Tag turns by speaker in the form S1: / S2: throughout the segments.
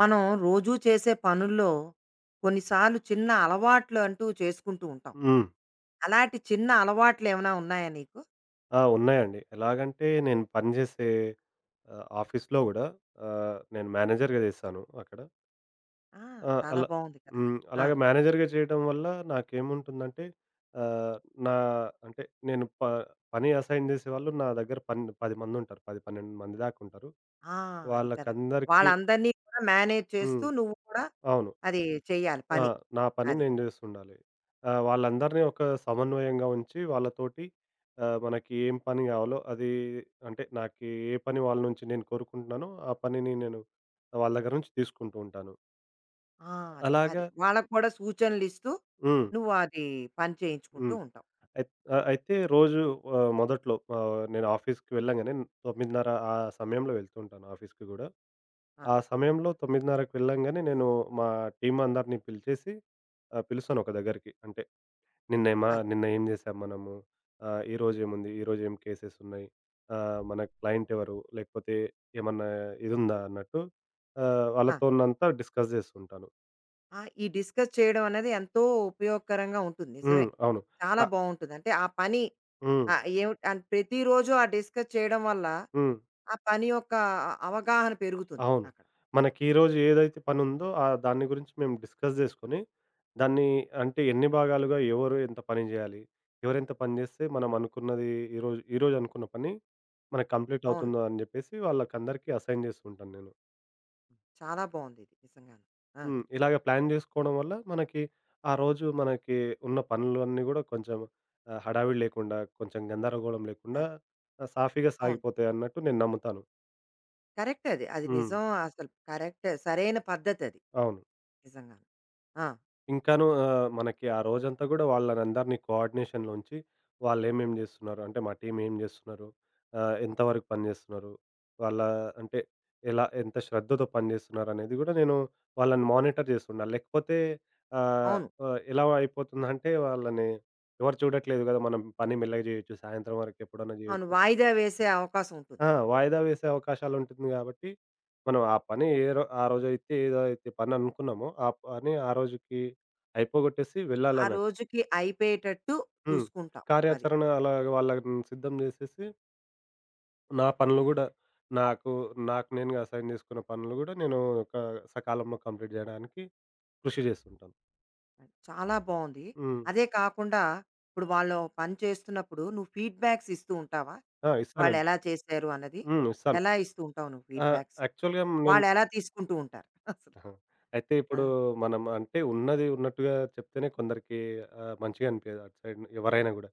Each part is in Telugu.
S1: మనం రోజూ చేసే పనుల్లో కొన్నిసార్లు చిన్న అలవాట్లు అంటూ చేసుకుంటూ ఉంటాం.
S2: హ్మ్.
S1: అలాంటి చిన్న అలవాట్లు ఏమైనా ఉన్నాయా నీకు?
S2: ఆ! ఉన్నాయండి. ఎలాగంటే నేను పనిజేసే ఆఫీస్‌లో గూడా, నేను మేనేజర్‌గా చేశాను అక్కడ.
S1: ఆ!
S2: ఆ!
S1: చాలా
S2: అలా
S1: బావుంది కదా!
S2: హ్మ్.
S1: ఆ!
S2: అలాగే మేనేజర్‌గా చేయడం వల్ల నాకేముంటుందంటే, ఆహ్, నా అంటే నేను పని అసైన్ చేసేవాళ్ళు నా దగ్గర 10 మందుంటారు. 10, 12 మంది దాకా ఉంటారు.
S1: ఆ! అది కదా!
S2: వాళ్ళకందరికీ
S1: వాళ్ళందరినీ కూడా మేనేజ్ చేస్తూ
S2: హ్మ్.
S1: నువ్వు కూడా
S2: అవును.
S1: అది చేయాలి
S2: ఆ!
S1: పని.
S2: నా పని
S1: అది.
S2: నేను జేస్తుండాలి. వాళ్ళందరినీ ఒక సమన్వయంగా ఉంచి వాళ్ళతోటి, మనకి ఏం పని గావాలో అది, అంటే నాకు ఏ పని వాళ్ళ నుంచి నేను కోరుకుంటున్నానో, ఆ పనిని నేను వాళ్ళ దగ్గర నుంచి తీసుకుంటూ ఉంటాను.
S1: ఆ! అది. అది.
S2: అలాగా.
S1: వాళ్ళకి కూడా సూచనలిస్తూ
S2: హ్మ్.
S1: నువ్వు అది పని చేయించుకుంటూ
S2: హ్మ్.
S1: ఉంటావు.
S2: అయితే రోజు, మొదట్లో నేను ఆఫీస్‌కి వెళ్ళంగానే 9:30 ఆ సమయంలో వెళ్తూ ఉంటాను ఆఫీస్‌కి గూడా.
S1: ఆ!
S2: ఆ సమయంలో 9:30కి వెళ్ళంగానే నేను మా టీమ్ అందరిని పిలిచేసి, పిలుస్తాను ఒక దగ్గరికి. అంటే నిన్న మా
S1: అది.
S2: నిన్న ఏం చేసాం మనము? ఈరోజు ఏముంది? ఈరోజు ఏం కేసెస్ ఉన్నాయి? మన క్లయింట్ ఎవరు? లేకపోతే ఏమన్నా ఇదుందా అన్నట్టు,
S1: ఆ!
S2: వాళ్ళతోనంతా డిస్కస్ జేస్తుంటాను.
S1: ఆ! ఈ డిస్కస్ చేయడం అనేది ఎంతో ఉపయోగకరంగా ఉంటుంది. నిజమే.
S2: హ్మ్. అవును.
S1: చాలా
S2: ఆహ్,
S1: బావుంటుంది. అంటే ఆ పని
S2: హ్మ్.
S1: ఏమిటి ప్రతిరోజు ఆ డిస్కస్ చేయడం వల్ల
S2: హ్మ్.
S1: ఆ పని యొక్క అవగాహన పెరుగుతుంది
S2: అవును.
S1: అక్కడ.
S2: మనకి ఈరోజు ఏదైతే పనుందో, దాని గురించి మేము డిస్కస్ జేసుకొని, దాన్ని, అంటే ఎన్ని భాగాలుగా ఎవరు ఎంత పని జేయాలి? ఎవరెంత పని జేస్తే మనం అనుకున్నది, ఈరోజు ఈరోజు అనుకున్న పని మనకు కంప్లీట్
S1: అవును.
S2: అవుతుందో అని జెప్పేసి వాళ్ళకందరికీ అసైన్ జేస్తుంటాను నేను.
S1: చాలా బావుందిది నిజంగాను. ఆ!
S2: హ్మ్. ఇలాగ ప్లాన్ జేసుకోవడం వల్ల మనకి, ఆ రోజు మనకి ఉన్న పనులన్నీ గూడా కొంచెం, హడావిడి లేకుండా, కొంచెం గందరగోళం లేకుండా,
S1: అది.
S2: సాఫీగా
S1: అవును.
S2: సాగిపోతాయన్నట్టు నేను నమ్ముతాను.
S1: కరెక్ట్ అది. అది
S2: హ్మ్.
S1: నిజం అసలు కరెక్ట్. సరైన పద్ధతది
S2: అవును.
S1: నిజంగాను. ఆ!
S2: ఇంకాను, మనకి ఆ రోజంతా గూడా వాళ్ళనందరిని కోఆర్డినేషన్‌లో ఉంచి, వాళ్ళేమేం జేస్తున్నారు, అంటే మా టీమ్ ఏం జేస్తున్నారు, ఎంతవరకు పని జేస్తున్నారు, వాళ్ళ అంటే ఎలా ఎంత శ్రద్ధతో పనిజేస్తున్నారనేది గూడా నేను వాళ్ళని మానిటర్ జేస్తున్నా. లేకపోతే, ఆహ్,
S1: అవును.
S2: ఆహ్, ఎలా అయిపోతుందంటే వాళ్ళని ఎవరు చూడట్లేదు గదా! మనం పని మెల్లగా జేయొచ్చు, సాయంత్రం వరకు ఎప్పుడన్నా
S1: అవును.
S2: జేయొచ్చు.
S1: వాయిదా వేసే అవకాశం ఉంటుంది.
S2: ఆ! వాయిదా వేసే అవకాశాలుంటుంది గాబట్టి, మనం ఆ పని ఏ రో ఆ రోజైతే ఏదైతే పననుకున్నామో, ఆ పని ఆ రోజుకి అయిపోగొట్టేసి
S1: ఆ
S2: వెళ్ళాలన్నట్టు.
S1: రోజుకి అయిపోయేటట్టు
S2: హ్మ్.
S1: చూసుకుంటాం. అది.
S2: కార్యాచరణ అలాగ వాళ్ళని సిద్ధం జేసేసి, నా పనులు గూడా, నాకు, నాకు నేనుగా అసైన్ జేసుకున్న పనులు గూడా నేను ఒక సకాలంలో కంప్లీట్ జేయడానికి కృషి జేస్తుంటాను.
S1: చాలా బావుంది.
S2: హ్మ్.
S1: అదే కాకుండా ఇప్పుడు వాళ్ళు పని చేస్తున్నప్పుడు నువ్వు ఫీడ్‌బ్యాక్స్ ఇస్తూ ఉంటావా?
S2: ఆ! ఇస్తానండి.
S1: వాళ్ళెలా చేశారు అన్నది?
S2: హ్మ్. ఇస్తాను.
S1: ఎలా ఇస్తూ ఉంటావు నువ్వు
S2: ఆ!
S1: ఫీడ్‌బ్యాక్స్?
S2: యాక్చువల్‌గా నేను,
S1: వాళ్ళెలా తీసుకుంటూ ఉంటారు అసలు?
S2: అయితే
S1: ఆ!
S2: ఇప్పుడు మనం, అంటే ఉన్నది ఉన్నట్టుగా చెప్తేనే కొందరికి, మంచిగా అనిపియదు అటు సైడ్ ఎవరైనా గూడా.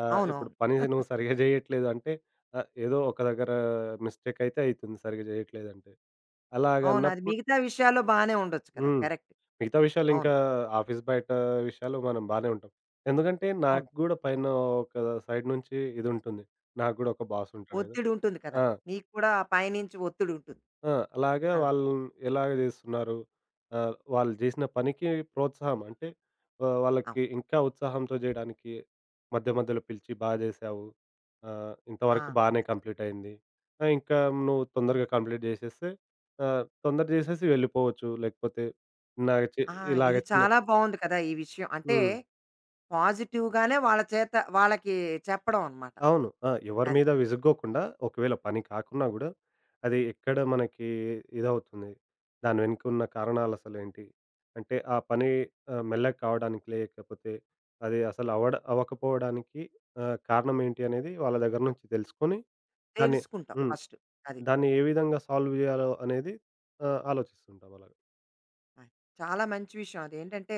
S2: ఆ! ఇప్పుడు
S1: అవునవును. అవును.
S2: పని నువ్వు సరిగ్గా జేయట్లేదు అంటే, ఏదో ఒక దగ్గర మిస్టేక్ అయితే అయితుంది సరిగ్గా జేయట్లేదంటే.
S1: అవును అది
S2: అలాగన్నప్పుడు
S1: మిగతా విషయాల్లో బానే ఉండొచ్చు కదా!
S2: హ్మ్.
S1: కరెక్ట్.
S2: మిగతా విషయాలు
S1: అవును.
S2: ఇంకా, ఆఫీస్ బయట విషయాలు మనం బానే ఉంటాం. ఎందుకంటే
S1: అవును.
S2: నాకు గూడా పైన ఒక సైడ్ నుంచి ఇదుంటుంది. నాకు గూడా ఒక బాసుంటాడు గదా!
S1: ఒత్తిడి ఉంటుంది కదా!
S2: ఆ!
S1: నీకు కూడా ఆ పైనుంచి ఒత్తిడి ఉంటుంది.
S2: ఆ! అలాగా
S1: ఆ!
S2: వాళ్ళు ఎలాగ జేస్తున్నారు? వాళ్ళు జేసిన పనికి ప్రోత్సాహం అంటే, వాళ్ళకి
S1: అవును.
S2: ఇంకా ఉత్సాహంతో జేయడానికి మధ్య మధ్యలో పిలిచి బా జేశావు.
S1: ఆ!
S2: ఇంతవరకు బానే కంప్లీట్ అయింది. ఆ! ఇంకా నువ్వు తొందరగా కంప్లీట్ జేసేస్తే, తొందర జేసేసి వెళ్ళిపోవచ్చు. లేకపోతే ఇలాగ చి
S1: ఆ!
S2: ఇలాగ
S1: ఇది
S2: చిన్న.
S1: చాలా బావుంది కదా! ఈ విషయం. అంటే
S2: హ్మ్.
S1: పాజిటివ్‌గానే వాళ్ళ చేత వాళ్ళకి చెప్పడం అనమాట.
S2: అవును. ఆ! ఎవరి
S1: అది.
S2: మీద విసుక్కోకుండా ఒకవేళ పని కాకున్నా గూడా, అది ఎక్కడ మనకి ఇదవుతుంది. దాని వెనుకున్న కారణాలసలేంటి? అంటే ఆ పని, మెల్లగా కావడానికి లేకపోతే అది అసలు అవ్వకపోవడానికి, కారణం ఏంటి అనేది వాళ్ళ దగ్గర నుంచి తెలుసుకొని దాన్ని.
S1: తెలుసుకుంటావు
S2: హ్మ్.
S1: ఫస్ట్. అది.
S2: దాన్ని ఏ విధంగా సాల్వ్ జేయాలో అనేది, ఆలోచిస్తుంటాం అలాగా.
S1: అది. చాలా మంచి విషయం అదేంటంటే,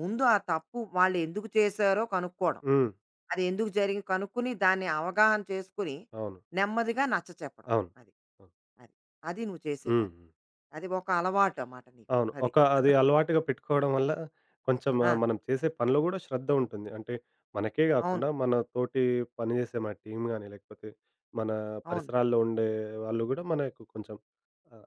S1: ముందు ఆ తప్పు వాళ్ళెందుకు చేశారో కనుక్కోవడం.
S2: హ్మ్.
S1: అది ఎందుకు జరిగింది కనుక్కుని, దాన్ని అవగాహన చేసుకొని,
S2: అవును.
S1: నెమ్మదిగా నచ్చ చెప్పడం.
S2: అవును.
S1: అది.
S2: అవును.
S1: అది. అది నువ్వు చేసే
S2: హ్మ్.
S1: పని.
S2: హ్మ్.
S1: అది ఒక అలవాటమాట నీకు.
S2: అవును.
S1: అది.
S2: ఒక అది అలవాటుగా పెట్టుకోవడం వల్ల కొంచెం,
S1: ఆ!
S2: మనం చేసే పనిలో గూడా శ్రద్ధ ఉంటుంది. అంటే మనకే
S1: అవును.
S2: గాకుండా మన తోటి పనిజేసే మన టీమ్ గాని, లేకపోతే మన
S1: అవును.
S2: పరిసరాల్లో ఉండే వాళ్ళు గూడా మనకు కొంచెం, ఆహ్,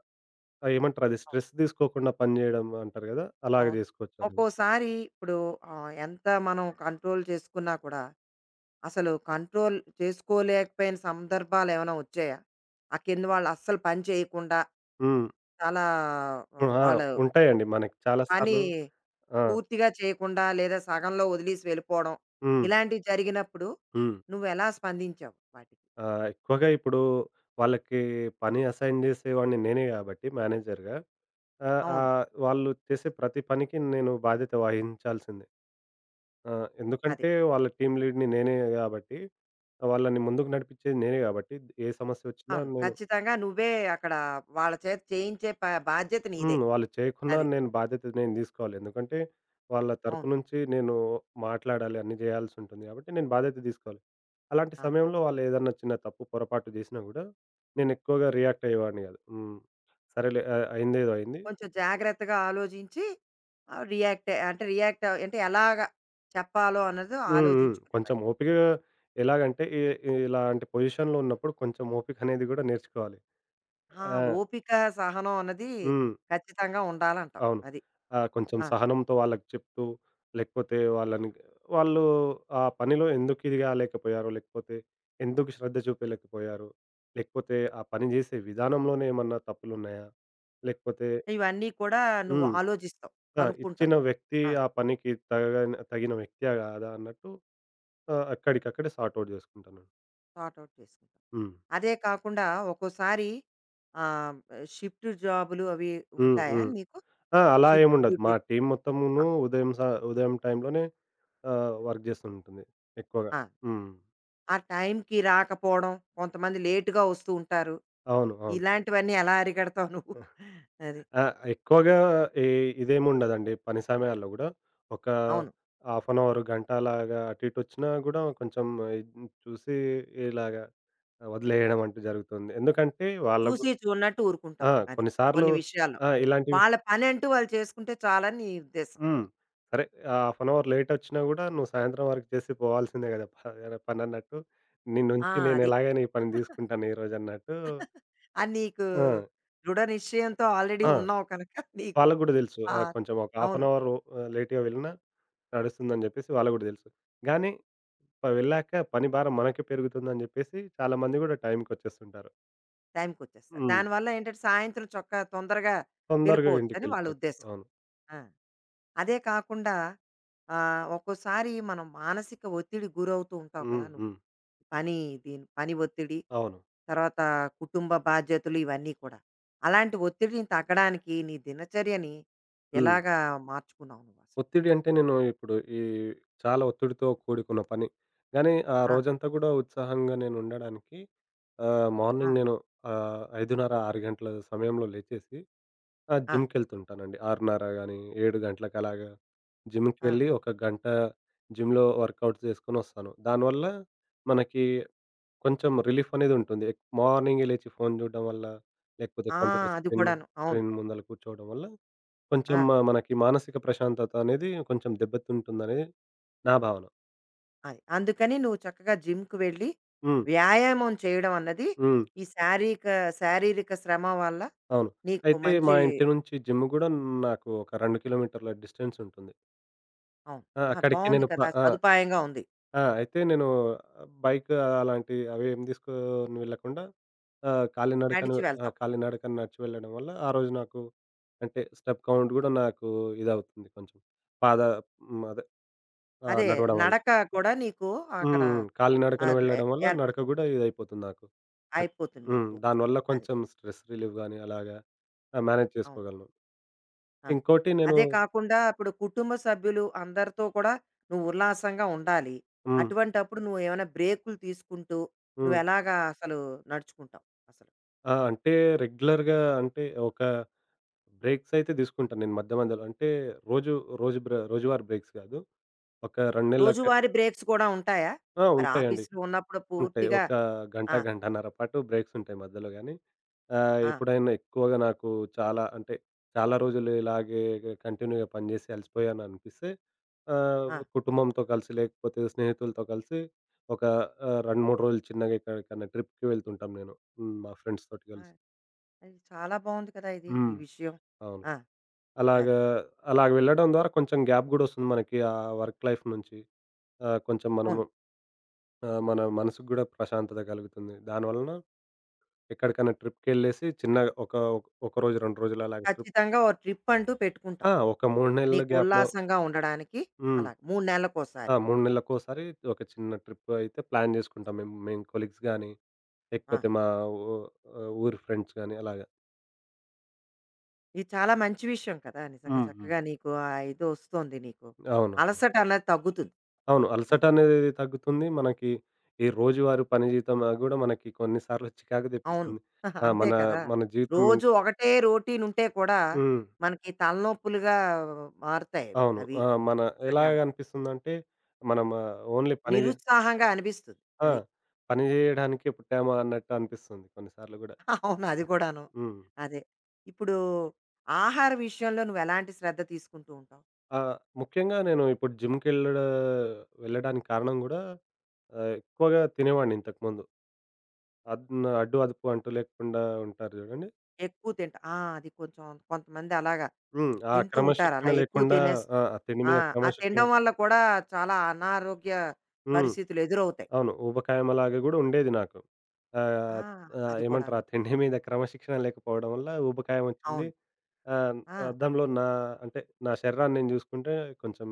S2: ఏమంటారు అది
S1: అవును.
S2: స్ట్రెస్ తీసుకోకుండా పని జేయడం అంటారు గదా! అలాగ
S1: అవును.
S2: జేసుకోవచ్చనమాట.
S1: ఒక్కోసారి ఇప్పుడు ఎంత మనం కంట్రోల్ చేసుకున్నా కూడా, అసలు కంట్రోల్ చేసుకోలేకపోయిన సందర్భాలేమైనా వచ్చాయా? ఆ కింద వాళ్ళు అస్సలు పని చేయకుండా,
S2: హ్మ్.
S1: చాలా
S2: హ్మ్. ఆ!
S1: వాళ్ళు
S2: ఉంటాయండి మనకి చాలా
S1: పని
S2: సార్లు. ఆ!
S1: పూర్తిగా చేయకుండా లేదా సగంలో వదిలేసి వెళ్ళిపోవడం
S2: హ్మ్.
S1: ఇలాంటివి జరిగినప్పుడు
S2: హ్మ్.
S1: నువ్వు ఎలా స్పందించావు వాటికి?
S2: ఎక్కువగా ఇప్పుడు వాళ్ళకి పని అసైన్ జేసేవాడిని నేనే గాబట్టి మేనేజర్‌గా. ఆ!
S1: అవును.
S2: వాళ్ళు చేసే ప్రతి పనికి నేను బాధ్యత వహించాల్సిందే. ఆ!
S1: అది.
S2: ఎందుకంటే వాళ్ళ టీమ్ లీడ్‌ని నేనే గాబట్టి, వాళ్ళని ముందుకు నడిపించేది నేనే గాబట్టి, ఏ సమస్యొచ్చినా
S1: అవును.
S2: నేను.
S1: ఖచ్చితంగా నువ్వే అక్కడ వాళ్ళ చేత చేయించే బాధ్యత నీదే.
S2: హ్మ్. వాళ్ళు చేయకున్నా
S1: అది.
S2: నేను బాధ్యత దీసుకోవాలి. ఎందుకంటే వాళ్ళ తరపు
S1: అవును.
S2: నుంచి నేను మాట్లాడాలి, అన్నీ జేయాల్సుంటుంది గాబట్టి నేను బాధ్యత దీసుకోవాలి. అలాంటి
S1: ఆహా!
S2: సమయంలో వాళ్ళేదన్నా చిన్న తప్పు, పొరపాటు జేసినా గూడా నేనెక్కువగా రియాక్ట్ అయ్యేవాడిని గాదు. హ్మ్. సరేలే, అయిందేదో అయింది.
S1: కొంచెం జాగ్రత్తగా ఆలోచించి రియాక్ట్ అంటే రియాక్ట్ అంటే ఎలాగా చెప్పాలో అన్నది
S2: హ్మ్. హ్మ్. కొంచెం
S1: ఆలోచించుకునేవాడివి.
S2: ఓపిక, ఎలాగంటే ఇ ఇలాంటి పొజిషన్‌లో ఉన్నప్పుడు కొంచెం ఓపిక అనేది గూడా నేర్చుకోవాలి.
S1: ఆ!
S2: ఆ!
S1: ఓపిక, సహనం అన్నది
S2: హ్మ్.
S1: ఖచ్చితంగా ఉండాలంటావు.
S2: అవును.
S1: అది.
S2: ఆ! కొంచెం
S1: ఆ!
S2: సహనంతో వాళ్ళకి చెప్తూ లేకపోతే వాళ్ళు ఆ పనిలో ఎందుకు ఇది గాలేకపోయారు, లేకపోతే ఎందుకు శ్రద్ధ చూపలేకపోయారు, లేకపోతే ఆ పని జేసే విధానంలోనే ఏమన్నా తప్పులున్నాయా? లేకపోతే
S1: ఇవన్నీ కూడా నువ్వు
S2: హ్మ్.
S1: ఆలోచిస్తావు.
S2: ఆ!
S1: కనుక్కుంటావు.
S2: ఇచ్చిన వ్యక్తి
S1: ఆ!
S2: ఆ పనికి తగిన వ్యక్తియా గాదా అన్నట్టు, అక్కడికక్కడే సార్ట్ ఔట్ జేసుకుంటాను.
S1: సార్ట్ ఔట్ చేసుకుంటావు.
S2: హ్మ్.
S1: అదే కాకుండా ఒక్కోసారి ఆ, షిఫ్ట్ జాబులు అవి
S2: హ్మ్.
S1: ఉంటాయా
S2: హ్మ్.
S1: మీకు?
S2: ఆ! అలా
S1: షిఫ్ట్
S2: ఏముండదు.
S1: డ్యూటీ
S2: మా టీమ్
S1: ఆ!
S2: మొత్తమును ఉదయం ఉదయం టైంలోనే, వర్క్ జేస్తుంటుంది ఎక్కువగా.
S1: ఆ!
S2: హ్మ్.
S1: ఆ టైంకి రాకపోవడం, కొంతమంది లేట్‌గా వస్తూ ఉంటారు.
S2: అవును. అవును.
S1: ఇలాంటివన్నీ ఎలా అరికడతావు నువ్వు? అది.
S2: ఆ! ఎక్కువగా ఈ ఇదేముండదండి పని సమయాల్లో గూడా. ఒక
S1: అవును.
S2: హాఫ్ అన్ అవర్, గంట అలాగా అటు ఇటు ఒచ్చినా గూడా కొంచెం ఇది చూసి ఇలాగా వదిలేయడం అంటూ జరుగుతుంది. ఎందుకంటే వాళ్ళకు
S1: చూసి చూడనట్టు ఊరుకుంటావు.
S2: ఆ!
S1: అది.
S2: కొన్నిసార్లు
S1: కొన్ని విషయాల్లో.
S2: ఆ! ఇలాంటి విష
S1: వాళ్ళ పనంటూ వాళ్ళు చేసుకుంటే చాలని నీ ఉద్దేశం.
S2: హ్మ్. సరే. ఆ హాఫ్ అన్ అవర్ లేటొచ్చినా గూడా నువ్వు సాయంత్రం వరకు చేసి పోవాల్సిందే గదా! పనన్నట్టు.
S1: ఆ!
S2: నిన్నుంచి
S1: అది.
S2: నేనెలాగైనా ఈ పని తీసుకుంటాను ఈరోజన్నట్టు.
S1: అది నీకు
S2: ఆ!
S1: దృఢ నిశ్చయంతో ఆల్రెడీ
S2: ఆ!
S1: ఉన్నావు కనుక నీకు
S2: వాళ్ళకి గూడా తెలుసు.
S1: ఆ!
S2: ఆ! కొంచెం ఒక హాఫ్
S1: అవును.
S2: అన్ అవర్, లేట్‌గా వెళ్ళినా నడుస్తుందని జెప్పేసి వాళ్ళకి గూడా తెలుసు. గానీ వెళ్ళాక పని భారం మనకే పెరుగుతుందని జెప్పేసి చాలా మంది గూడా టైంకొచ్చేస్తుంటారు.
S1: టైంకి వచ్చేస్తారు.
S2: హ్మ్.
S1: దానివల్ల ఏంటంటే సాయంత్రం చొక్కా తొందరగా
S2: తొందరగా
S1: వెళ్ళిపోవచ్చని వాళ్ళ
S2: ఇంటికెళ్ళిపోవచ్చు.
S1: ఉద్దేశం.
S2: అవును.
S1: ఆ! అదే కాకుండా ఒక్కోసారి మనం మానసిక ఒత్తిడికి గురవుతూ ఉంటావు కదా
S2: హ్మ్.
S1: నువ్వు.
S2: హ్మ్.
S1: పని దీని పని ఒత్తిడి,
S2: అవును.
S1: తర్వాత కుటుంబ బాధ్యతలు ఇవన్నీ కూడా. అలాంటి ఒత్తిడిని తగ్గడానికి నీ దినచర్యని
S2: హ్మ్.
S1: ఎలాగా మార్చుకున్నావు నువ్వసలు?
S2: ఒత్తిడి అంటే నేను ఇప్పుడు ఈ చాలా ఒత్తిడితో కూడుకున్న పని. కానీ ఆ
S1: ఆ!
S2: రోజంతా గూడా ఉత్సాహంగా నేను ఉండడానికి,
S1: ఆ!
S2: మార్నింగ్ నేను, 5:30, 6 గంటల సమయంలో లేచేసి, ఆ!
S1: ఆ!
S2: జిమ్‌కెళ్తుంటానండి. 6:30 గాని, 7 గంటలకు అలాగా
S1: ఆ! ఆ!
S2: జిమ్‌కెళ్ళి ఒక గంట జిమ్‌లో వర్కౌట్స్ చేసుకొనొస్తాను. దానివల్ల మనకి కొంచెం రిలీఫ్ అనేది ఉంటుంది. మార్నింగే లేచి ఫోను జూడడం వల్ల, లేకపోతే
S1: ఆ!
S2: కంప్యూటర్
S1: అది
S2: స్క్రీన్,
S1: కూడాను. అవును.
S2: ముందల కూర్చోవడం వల్ల కొంచెం
S1: ఆ!
S2: మనకి మానసిక ప్రశాంతత అనేది కొంచెం దెబ్బతింటుందని నా భావన.
S1: అది. అందుకని నువ్వు చక్కగా జిమ్‌కి వెళ్ళి,
S2: హ్మ్.
S1: వ్యాయామం చేయడం అన్నది
S2: హ్మ్.
S1: ఈ శారీక శారీరక శ్రమ వల్ల
S2: అవును.
S1: నీకు
S2: అయితే మా
S1: మంచి
S2: ఇంటి నుంచి జిమ్ గూడా నాకు ఒక 2 కిలోమీటర్ల డిస్టెన్స్ ఉంటుంది.
S1: అవును.
S2: ఆ!
S1: ఆహా!
S2: అక్కడికి
S1: బావుంది
S2: నేను ప
S1: కదా!
S2: ఆ!
S1: సదుపాయంగా ఉంది.
S2: ఆ! అయితే నేను బైక్ అలాంటి అవేం తీసుకొని వెళ్ళకుండా, కాలినడకన.
S1: నడిచి
S2: ఆ!
S1: వెళ్తావు.
S2: కాలినడకన నడిచి వెళ్ళడం వల్ల ఆ రోజు నాకు, అంటే స్టెప్ కౌంట్ గూడా నాకు ఇదవుతుంది కొంచెం. పాద. హ్మ్. అదే ఆ!
S1: అదే
S2: నడవడం వల్ల.
S1: నడక కూడా నీకు అక్కడ
S2: హ్మ్. కాలినడకన
S1: ఆహ్, ఎ
S2: వెళ్ళడం వల్ల నడక
S1: ఏర్పడుతుంది.
S2: గూడా ఇదయిపోతుంది నాకు. అన్
S1: అయిపోతుంది
S2: హ్మ్.
S1: నీకు.
S2: దానివల్ల
S1: అది.
S2: కొంచెం స్ట్రెస్ రిలీఫ్ గాని అలాగా, మేనేజ్
S1: అవును.
S2: చేసుకోగలను.
S1: అది.
S2: ఇంకోటి నేను.
S1: అదే కాకుండా ఇప్పుడు కుటుంబ సభ్యులు అందరితో కూడా నువ్వు ఉల్లాసంగా ఉండాలి.
S2: హ్మ్.
S1: అటువంటప్పుడు నువ్వేమైనా బ్రేకులు తీసుకుంటూ,
S2: హ్మ్.
S1: నువ్వెలాగా అసలు నడుచుకుంటావు అసలు?
S2: ఆ! అంటే రెగ్యులర్‌గా, అంటే ఒక బ్రేక్స్ అయితే తీసుకుంటాను నేను మధ్య మధ్యలో. అంటే రోజు రోజు బ్ర రోజువారీ బ్రేక్స్ గాదు. ఒక 2 నెలలక.
S1: రోజువారీ బ్రేక్స్ కూడా ఉంటాయా?
S2: ఆ!
S1: మరి
S2: ఉంటాయండి.
S1: ఆఫీస్‌లో ఉన్నప్పుడు
S2: ఉంటాయి.
S1: పూర్తిగా
S2: ఒక గంట,
S1: ఆ!
S2: గంటన్నర పాటు బ్రేక్స్ ఉంటాయి మధ్యలో గానీ.
S1: ఆ!
S2: ఎప్పుడైనా ఎక్కువగా నాకు చాలా అంటే, చాలా రోజులు ఇలాగే కంటిన్యూ‌గా పనిజేసి అలసిపోయాను అనిపిస్తే, ఆహ్,
S1: ఆ!
S2: కుటుంబంతో కలిసి లేకపోతే స్నేహితులతో కలిసి ఒక, 2, 3 రోజులు చిన్నగా ఎక్కడికన్నా ట్రిప్‌కి వెళ్తుంటాం నేను. హ్మ్. మా ఫ్రెండ్స్ తోటి
S1: ఆ!
S2: కలిసి.
S1: అది చాలా బావుంది కదా! ఇది
S2: హ్మ్.
S1: ఈ విషయం.
S2: అవును.
S1: ఆ! అది.
S2: అలాగా అలాగ వెళ్ళడం ద్వారా కొంచెం గ్యాప్ గూడా వస్తుంది మనకి ఆ వర్క్ లైఫ్ నుంచి. కొంచెం మనము,
S1: అవును.
S2: మన మనసుకు గూడా ప్రశాంతత కలుగుతుంది. దానివలన ఎక్కడికైనా ట్రిప్‌కెళ్ళేసి చిన్నగా ఒక ఒక ఒక రోజు, 2 రోజులు అలాగా ట్రిప్.
S1: ఖచ్చితంగా ఓ ట్రిప్ అంటూ పెట్టుకుంటాం.
S2: ఆ! ఒక 3 నెలల
S1: నీకు
S2: గ్యాప్‌లో.
S1: ఉల్లాసంగా ఉండడానికి
S2: హ్మ్.
S1: అలాగ 3
S2: ఆ!
S1: నెలలకోసారి.
S2: 3 నెలలకోసారి ఒక చిన్న ట్రిప్ అయితే ప్లాన్ చేసుకుంటాం మేము. మేము కొలీగ్స్ గానీ,
S1: ఆ!
S2: లేకపోతే మా ఊ ఊరి ఫ్రెండ్స్ గానీ అలాగా.
S1: ఇది చాలా మంచి విషయం కదా! నిజంగా
S2: హ్మ్. హ్మ్.
S1: చక్కగా నీకు ఆ ఇదొస్తుంది నీకు.
S2: అవునండి.
S1: అలసట అన్నది తగ్గుతుంది.
S2: అవును.
S1: అది.
S2: అలసట అనేది తగ్గుతుంది. మనకి ఈ రోజువారీ పని జీవితం అది గూడా మనకి కొన్ని సార్లు చికాకు
S1: అవును.
S2: తెప్పిస్తుంది. ఆ!
S1: అంతే
S2: మన
S1: కదా!
S2: మన జీవితం ఎన్.
S1: రోజు ఒకటే రొటీన్ ఉంటే కూడా
S2: హ్మ్.
S1: మనకి తలనొప్పులుగా మారుతాయి అవి.
S2: అవును.
S1: అవి.
S2: ఆ! మన
S1: నిజంగాను.
S2: ఎలాగనిపిస్తుందంటే మనం ఓన్లీ పని.
S1: నిరుత్సాహంగా అనిపిస్తుంది.
S2: ఆ!
S1: అది.
S2: పని జేయడానికే పుట్టామా అన్నట్టు అనిపిస్తుంది కొన్నిసార్లు గూడా.
S1: అవును. అది
S2: ఓహో!
S1: కూడాను.
S2: హ్మ్.
S1: అదే. ఇప్పుడు ఆహార విషయంలో నువ్వెలాంటి శ్రద్ధ తీసుకుంటూ ఉంటావు?
S2: ముఖ్యంగా నేను ఇప్పుడు వెళ్ళడానికి కారణం గూడా, ఎక్కువగా తినేవాడిని ఇంతకుముందు. అద్ అడ్డు, అదుపు అంటూ లేకుండా ఉంటారు జూడండి.
S1: ఎక్కువ తింటా ఆ! అది కొంచెం కొంతమంది అలాగా
S2: హ్మ్. ఆ అవును.
S1: తింటూ ఉంటారు.
S2: క్రమశిక్షణ
S1: అలా ఎక్కువ
S2: లేకుండా.
S1: తినేస్
S2: ఆ! ఆ తిండి
S1: ఆ!
S2: మీద
S1: ఆ
S2: క్రమశిక్షణ.
S1: తినడం వల్ల కూడా చాలా అనారోగ్య
S2: హ్మ్.
S1: పరిస్థితులు ఎదురవుతాయి.
S2: అవును. ఊబకాయంలాగా గూడా ఉండేది నాకు.
S1: ఆ!
S2: ఆహ్, ఆహ్,
S1: అది
S2: ఏమంటారు
S1: కూడాను.
S2: ఆ తిండి మీద క్రమశిక్షణ లేకపోవడం వల్ల ఊబకాయం వచ్చింది.
S1: అవును.
S2: ఆ!
S1: ఆ!
S2: అద్దంలో నా, అంటే, నా శరీరాన్ని నేను జూసుకుంటే కొంచెం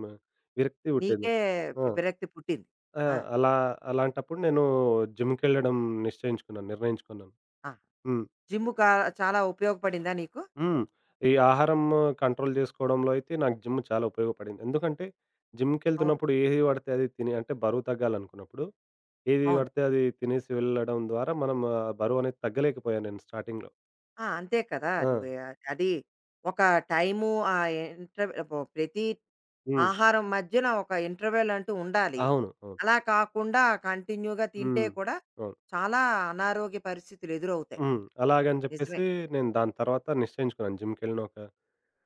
S2: విరక్తి పుట్టేది
S1: నీకే
S2: నాకు. ఆ!
S1: విరక్తి పుట్టింది.
S2: ఆ!
S1: ఆ!
S2: అలా అలాంటప్పుడు నేను జిమ్‌కెళ్ళడం నిశ్చయించుకున్నాను. నిర్ణయించుకున్నాను.
S1: ఆ!
S2: హ్మ్.
S1: జిమ్‌కా చాలా ఉపయోగపడిందా నీకు?
S2: హ్మ్. ఈ ఆహారం కంట్రోల్ జేసుకోవడంలో అయితే నాకు జిమ్ చాలా ఉపయోగపడింది. ఎందుకంటే
S1: అవును.
S2: జిమ్‌కెళ్తున్నప్పుడు ఏది పడితే అది తిని, అంటే బరువు తగ్గాలనుకున్నప్పుడు ఏది
S1: అవును.
S2: పడితే అది తినేసి వెళ్ళడం ద్వారా మనం ఆ బరువనేది తగ్గలేకపోయాను నేను స్టార్టింగ్‌లో.
S1: ఆ! అంతే కదా!
S2: ఆ!
S1: నువ్వు అది ఒక టైము ఆ ఇంటర్వెల్ పో ప్రతి
S2: హ్మ్.
S1: ఆహారం మధ్యన ఒక ఇంటర్వెల్ అంటూ ఉండాలి.
S2: అవును. అవును.
S1: అలా కాకుండా కంటిన్యూగా తింటే
S2: హ్మ్.
S1: కూడా
S2: అవును.
S1: చాలా అనారోగ్య పరిస్థితులు ఎదురవుతాయి.
S2: హ్మ్. అలాగని
S1: నిజమే.
S2: జెప్పేసి నేను దాని తర్వాత నిశ్చయించుకున్నాను. జిమ్‌కెళ్ళిన ఒక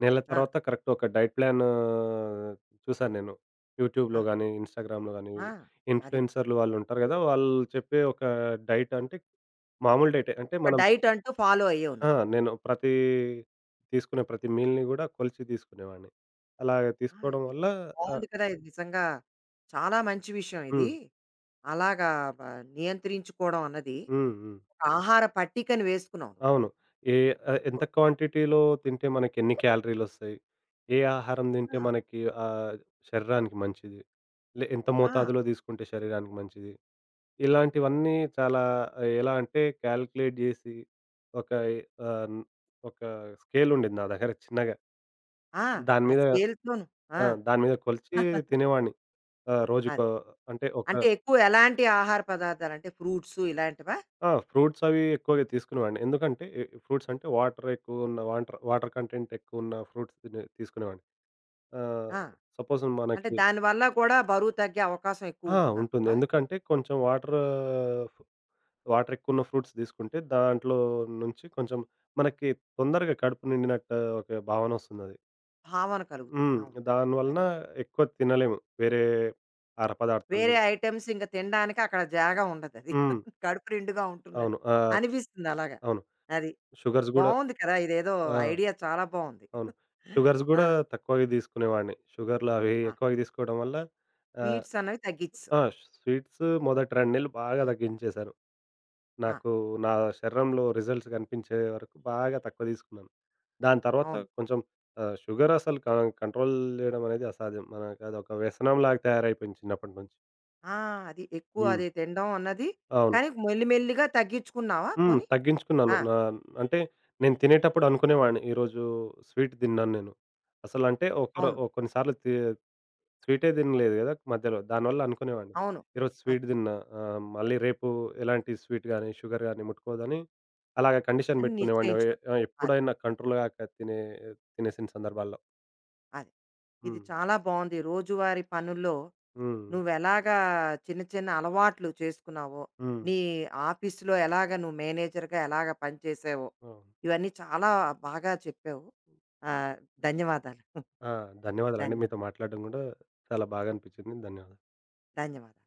S2: నెల
S1: ఆ!
S2: తర్వాత కరెక్ట్ ఒక డైట్ ప్లాన్ చూసాను నేను.
S1: ఆ!
S2: యూట్యూబ్‌లో గాని, ఇన్‌స్టాగ్రామ్‌లో గాని
S1: ఆ! అది.
S2: ఇన్‌ఫ్లుయెన్సర్‌లు వాళ్ళు ఉంటారు గదా! వాళ్ళు చెప్పే ఒక డైట్ అంటే మామూలు డైటే. అంటే
S1: ఒక
S2: మనం
S1: డైట్ అంటూ ఫాలో అయ్యావు
S2: ఆ!
S1: నువ్వు.
S2: నేను తీసుకునే ప్రతి మీల్‌ని గూడా కొలిచి తీసుకునేవాడిని. అలాగ
S1: ఆ!
S2: తీసుకోవడం
S1: ఇది
S2: వల్ల, ఆహ్,
S1: బావుంది కదా! ఇది నిజంగా చాలా మంచి విషయం ఇది.
S2: హ్మ్.
S1: అలాగా బ నియంత్రించుకోవడం అన్నది
S2: హ్మ్. హ్మ్.
S1: ఒక ఆహార పట్టికను వేసుకున్నావు నువ్వు.
S2: అవును. ఏ ఎంత క్వాంటిటీలో తింటే మనకెన్ని క్యాలరీలొస్తాయి? ఏ ఆహారం
S1: ఆ!
S2: తింటే మనకి, శరీరానికి మంచిది? ఎంత
S1: ఆ!
S2: మోతాదులో తీసుకుంటే శరీరానికి మంచిది? ఇలాంటివన్నీ చాలా, ఎలా అంటే కాలిక్యులేట్ జేసి ఒక, ఆహ్, ఒక స్కేల్ ఉండేది నా దగ్గర చిన్నగా.
S1: ఆ!
S2: దాని
S1: ఆ
S2: మీద.
S1: స్కేల్‌తోను. ఆ!
S2: ఆ! దాని మీద కొలిచి తినేవాడిని.
S1: అది.
S2: రోజుకో, అంటే ఒక.
S1: అంటే ఎక్కువ ఎలాంటి ఆహార పదార్థాలు అంటే ఫ్రూట్సు ఇలాంటివా?
S2: ఆ! ఫ్రూట్స్ అవి ఎక్కువగా తీసుకునేవాడిని. ఎందుకంటే ఫ్రూట్స్ అంటే వాటర్ ఎక్కువున్న, వాటర్ వాటర్ కంటెంట్ ఎక్కువున్న ఫ్రూట్స్ తీసుకునేవాడిని. ఆహ్,
S1: ఆ!
S2: సపోజ్
S1: అంటే
S2: మనకి.
S1: దాని వల్ల కూడా బరువు తగ్గే అవకాశం ఎక్కువ
S2: ఆ! ఉంటుంది.
S1: ఉంటుందంటావా?
S2: ఎందుకంటే కొంచెం వాటర్ వాటర్ ఎక్కువున్న ఫ్రూట్స్ తీసుకుంటే దాంట్లో నుంచి కొంచెం మనకి తొందరగా కడుపు నిండినట్టు ఒక భావన వస్తుందది.
S1: భావన కలుగుతుంది.
S2: హ్మ్.
S1: అవును.
S2: దాని
S1: అది.
S2: వలన ఎక్కువ తినలేము. వేరే ఆహార పదార్థాలు
S1: వేరే
S2: గూడా.
S1: ఐటెమ్స్ ఇంక తినడానికి అక్కడ జాగా ఉండదది.
S2: హ్మ్.
S1: కడుపు నిండుగా ఉంటుందని
S2: అవును. ఆ!
S1: అనిపిస్తుంది అలాగా.
S2: అవును.
S1: అది.
S2: షుగర్స్ గూడా.
S1: బావుంది కదా! ఇదేదో
S2: ఆ!
S1: ఐడియా చాలా బావుంది.
S2: అవును. షుగర్స్
S1: ఆ!
S2: గూడా తక్కువగా తీసుకునేవాడిని. షుగర్‌లు అవి
S1: ఆ!
S2: ఎక్కువగా తీసుకోవడం వల్ల, ఆహ్,
S1: స్వీట్స్ అన్నవి తగ్గిచ్చేసావు.
S2: ఆ! స్వీట్స్ మొదటి 2 నెలలు బాగా తగ్గించేశాను.
S1: ఆ!
S2: నాకు నా శరీరంలో రిజల్ట్స్ కనిపించే వరకు బాగా తక్కువ తీసుకున్నాను. దాని తర్వాత
S1: అవును.
S2: కొంచెం, షుగర్ అసలు కంట్రోల్ చేయడం అనేది అసాధ్యం. మనకు అదొక వ్యసనంలాగా తయారైపోయింది చిన్నప్పటి నుంచి.
S1: ఆ! అది ఎక్కువ
S2: హ్మ్.
S1: అది తినడం అన్నది
S2: అవును.
S1: కానీ మెల్లి మెల్లిగా తగ్గించుకున్నావా
S2: హ్మ్.
S1: పోనీ?
S2: తగ్గించుకున్నాను.
S1: ఆ!
S2: నా అంటే నేను తినేటప్పుడు అనుకునేవాడిని ఈరోజు స్వీట్ తిన్నాను నేను. అసలంటే ఒకరో
S1: అవును.
S2: కొన్ని సార్లు స్వీటే తినలేదు గదా! మధ్యలో. దానివల్ల అనుకునేవాడిని.
S1: అవును.
S2: ఈరోజు
S1: అది.
S2: స్వీట్ తిన్నా. మళ్ళీ రేపు ఎలాంటి స్వీట్ గాని, షుగర్ గాని ముట్టుకోవద్దని అలాగ కండిషన్
S1: అని
S2: పెట్టుకునేవాడిని.
S1: నిశ్చయించుకున్నాం. అది.
S2: ఎప్పుడైనా కంట్రోల్ గాక తినేసిన సందర్భాల్లో.
S1: అది. ఇది
S2: హ్మ్.
S1: చాలా బావుంది. రోజువారీ పనుల్లో
S2: హ్మ్.
S1: నువ్వెలాగా చిన్న చిన్న అలవాట్లు చేసుకున్నావో,
S2: హ్మ్.
S1: నీ ఆఫీస్‌లో ఎలాగ నువ్వు మేనేజర్‌గా ఎలాగ పనిచేసావో,
S2: అవును.
S1: ఇవన్నీ చాలా బాగా చెప్పావు. ఆహ్, ధన్యవాదాలు.
S2: ఆ! ధన్యవాదాలండి.
S1: ధన్యవా
S2: మీతో మాట్లాడడం గూడా చాలా బాగా అనిపించింది. ధన్యవాదాలు.
S1: ధన్యవాదాలు.